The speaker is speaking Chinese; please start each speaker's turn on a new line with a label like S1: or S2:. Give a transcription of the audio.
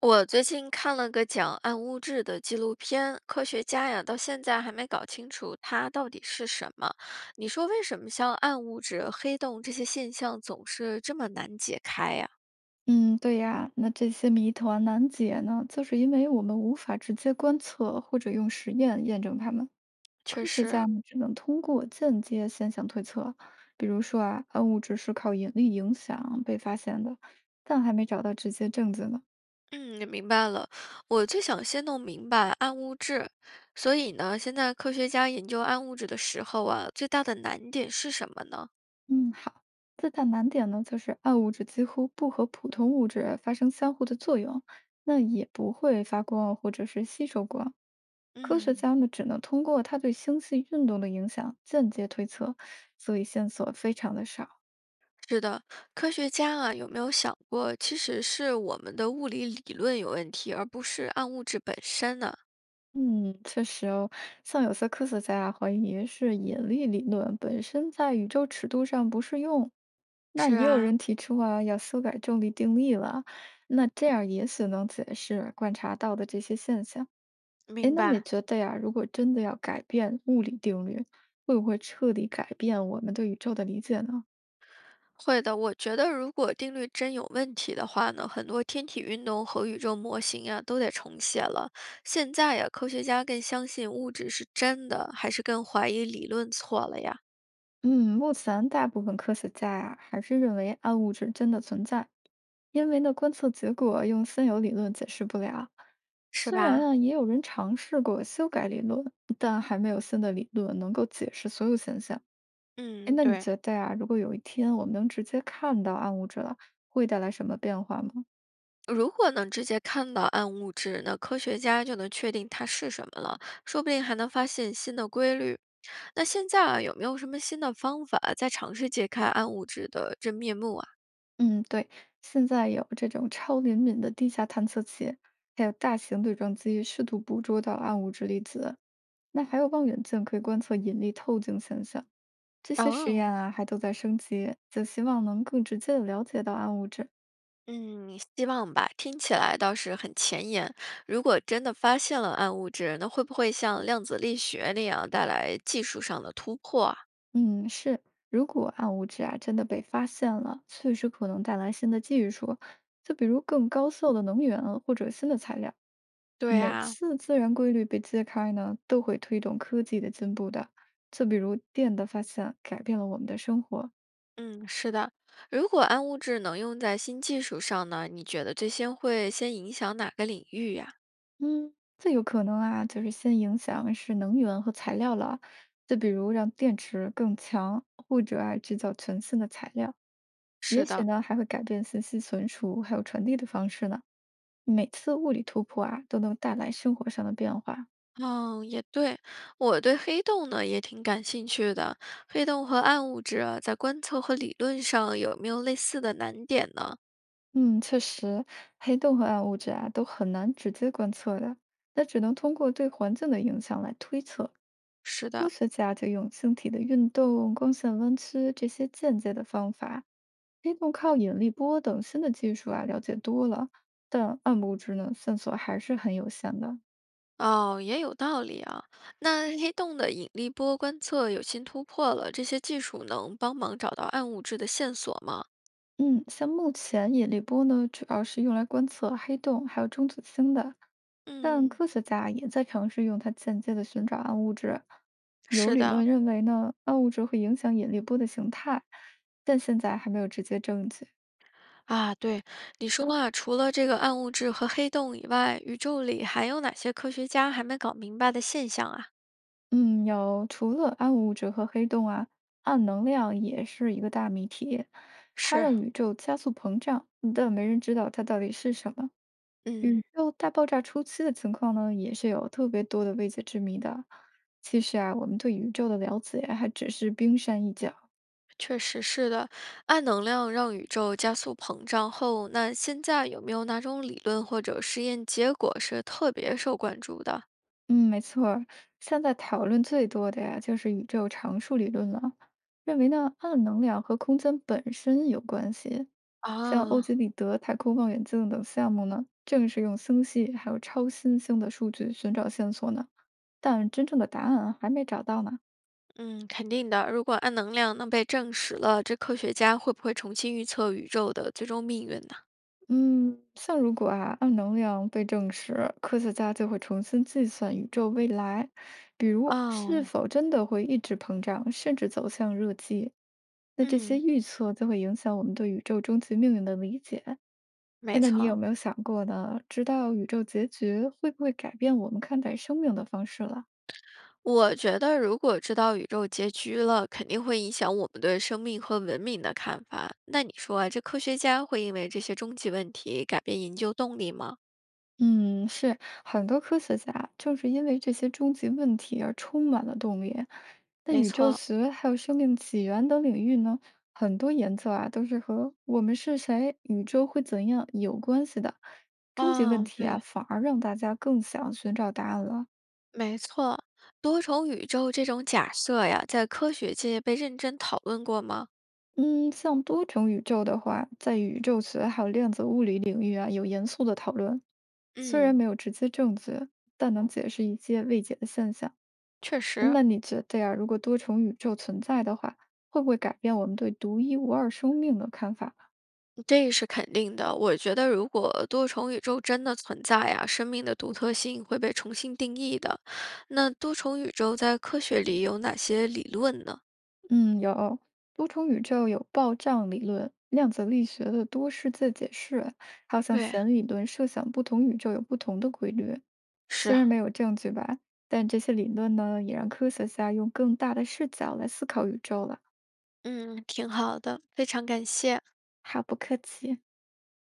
S1: 我最近看了个讲暗物质的纪录片，科学家呀，到现在还没搞清楚它到底是什么。你说为什么像暗物质、黑洞这些现象总是这么难解开呀？
S2: 嗯，对呀，那这些谜团啊难解呢，就是因为我们无法直接观测或者用实验验证它们。
S1: 确
S2: 科学家
S1: 实，
S2: 们只能通过间接现象推测，比如说啊，暗物质是靠引力影响被发现的，但还没找到直接证据呢。
S1: 嗯，明白了。我最想先弄明白暗物质，所以呢，现在科学家研究暗物质的时候啊，最大的难点是什么呢？
S2: 嗯，好，最大难点呢，就是暗物质几乎不和普通物质发生相互的作用，那也不会发光或者是吸收光。科学
S1: 嗯，
S2: 家呢只能通过它对星系运动的影响间接推测，所以线索非常的少。
S1: 是的，科学家啊，有没有想过，其实是我们的物理理论有问题，而不是暗物质本身呢？
S2: 嗯，确实哦，像有些科学家啊怀疑是引力理论本身在宇宙尺度上不适用，那
S1: 是
S2: 也有
S1: 啊，
S2: 人提出啊要修改重力定律了，那这样也许能解释观察到的这些现象。诶，
S1: 明
S2: 那你
S1: 白。
S2: 觉得呀，如果真的要改变物理定律，会不会彻底改变我们对宇宙的理解呢？
S1: 会的，我觉得如果定律真有问题的话呢，很多天体运动和宇宙模型呀，都得重写了。现在呀，科学家更相信物质是真的，还是更怀疑理论错了呀？
S2: 嗯，目前大部分科学家呀、还是认为暗物质真的存在，因为呢观测结果用现有理论解释不了。
S1: 是
S2: 虽然
S1: 吧？
S2: 啊也有人尝试过修改理论，但还没有新的理论能够解释所有现象。哎，
S1: 嗯，
S2: 那你
S1: 对，
S2: 觉得呀、如果有一天我们能直接看到暗物质了，会带来什么变化吗？
S1: 如果能直接看到暗物质，那科学家就能确定它是什么了，说不定还能发现新的规律。那现在啊，有没有什么新的方法在尝试揭开暗物质的真面目啊？
S2: 嗯，对，现在有这种超灵敏的地下探测器，还有大型对撞机试图捕捉到暗物质粒子。那还有望远镜可以观测引力透镜现象。这些实
S1: 哦，
S2: 验啊，还都在升级，就希望能更直接的了解到暗物质。
S1: 嗯，希望吧，听起来倒是很前沿。如果真的发现了暗物质，那会不会像量子力学那样带来技术上的突破啊？
S2: 嗯，是。如果暗物质啊真的被发现了，确实可能带来新的技术，就比如更高效的能源或者新的材料。
S1: 对
S2: 每
S1: 啊，
S2: 次自然规律被揭开呢，都会推动科技的进步的。就比如电的发现改变了我们的生活，
S1: 嗯，是的。如果暗物质能用在新技术上呢，你觉得最先会先影响哪个领域呀？
S2: 嗯，最有可能啊，就是先影响是能源和材料了。就比如让电池更强，或者啊制造全新的材料，也
S1: 是
S2: 许
S1: 的。
S2: 呢还会改变信息存储还有传递的方式呢。每次物理突破啊，都能带来生活上的变化。
S1: 哦，也对，我对黑洞呢也挺感兴趣的。黑洞和暗物质啊，在观测和理论上有没有类似的难点呢？
S2: 嗯，确实，黑洞和暗物质啊，都很难直接观测的，那只能通过对环境的影响来推测。
S1: 是
S2: 科
S1: 的，
S2: 学家就用星体的运动、光线弯曲这些间接的方法，黑洞靠引力波等新的技术啊了解多了，但暗物质呢，线索还是很有限的。
S1: 哦，也有道理啊。那黑洞的引力波观测有新突破了，这些技术能帮忙找到暗物质的线索吗？
S2: 嗯，像目前引力波呢，主要是用来观测黑洞还有中子星的，但
S1: 嗯，
S2: 科学家也在尝试用它间接的寻找暗物质。有
S1: 是
S2: 理论
S1: 的，
S2: 认为呢，暗物质会影响引力波的形态，但现在还没有直接证据。
S1: 啊，对，你说啊，除了这个暗物质和黑洞以外，宇宙里还有哪些科学家还没搞明白的现象啊？
S2: 嗯，有除了暗物质和黑洞啊，暗能量也是一个大谜题，它
S1: 是，
S2: 让宇宙加速膨胀，但没人知道它到底是什么。宇
S1: 嗯。
S2: 宙大爆炸初期的情况呢，也是有特别多的未解之谜的。其实啊，我们对宇宙的了解还只是冰山一角。
S1: 确实是的，暗能量让宇宙加速膨胀后，那现在有没有哪种理论或者实验结果是特别受关注的？
S2: 嗯，没错儿现在讨论最多的呀，就是宇宙常数理论了，认为呢，暗能量和空间本身有关系。像欧
S1: 啊，
S2: 几里得太空望远镜等项目呢，正是用星系还有超新星的数据寻找线索呢。但真正的答案还没找到呢。
S1: 嗯，肯定的。如果暗能量能被证实了，这科学家会不会重新预测宇宙的最终命运呢？
S2: 嗯，像如果啊，暗能量被证实，科学家就会重新计算宇宙未来，比如
S1: 哦，
S2: 是否真的会一直膨胀，甚至走向热寂。那这些
S1: 嗯，
S2: 预测就会影响我们对宇宙终极命运的理解。哎，
S1: 没
S2: 那你有
S1: 错。
S2: 没有想过呢？知道宇宙结局会不会改变我们看待生命的方式了？
S1: 我觉得，如果知道宇宙结局了，肯定会影响我们对生命和文明的看法。那你说啊这科学家会因为这些终极问题改变研究动力吗？
S2: 嗯，是很多科学家正是因为这些终极问题而充满了动力。那
S1: 没
S2: 宇宙
S1: 错，
S2: 学还有生命起源等领域呢，很多研究啊都是和“我们是谁”“宇宙会怎样”有关系的。终极问
S1: 哦，
S2: 题
S1: 对，
S2: 啊，反而让大家更想寻找答案了。
S1: 没错。多重宇宙这种假设呀，在科学界被认真讨论过吗？
S2: 嗯，像多重宇宙的话，在宇宙学还有量子物理领域啊，有严肃的讨论。虽然
S1: 嗯，
S2: 没有直接证据，但能解释一些未解的现象。
S1: 确实，
S2: 那你觉得呀，如果多重宇宙存在的话，会不会改变我们对独一无二生命的看法？
S1: 这是肯定的。我觉得，如果多重宇宙真的存在呀，生命的独特性会被重新定义的。那多重宇宙在科学里有哪些理论呢？
S2: 嗯，有。多重宇宙有暴胀理论、量子力学的多世界解释，还有像
S1: 对，
S2: 弦理论设想不同宇宙有不同的规律。虽
S1: 是。
S2: 然没有证据吧，但这些理论呢，也让科学家用更大的视角来思考宇宙了。
S1: 嗯，挺好的，非常感谢。
S2: 好，不客气。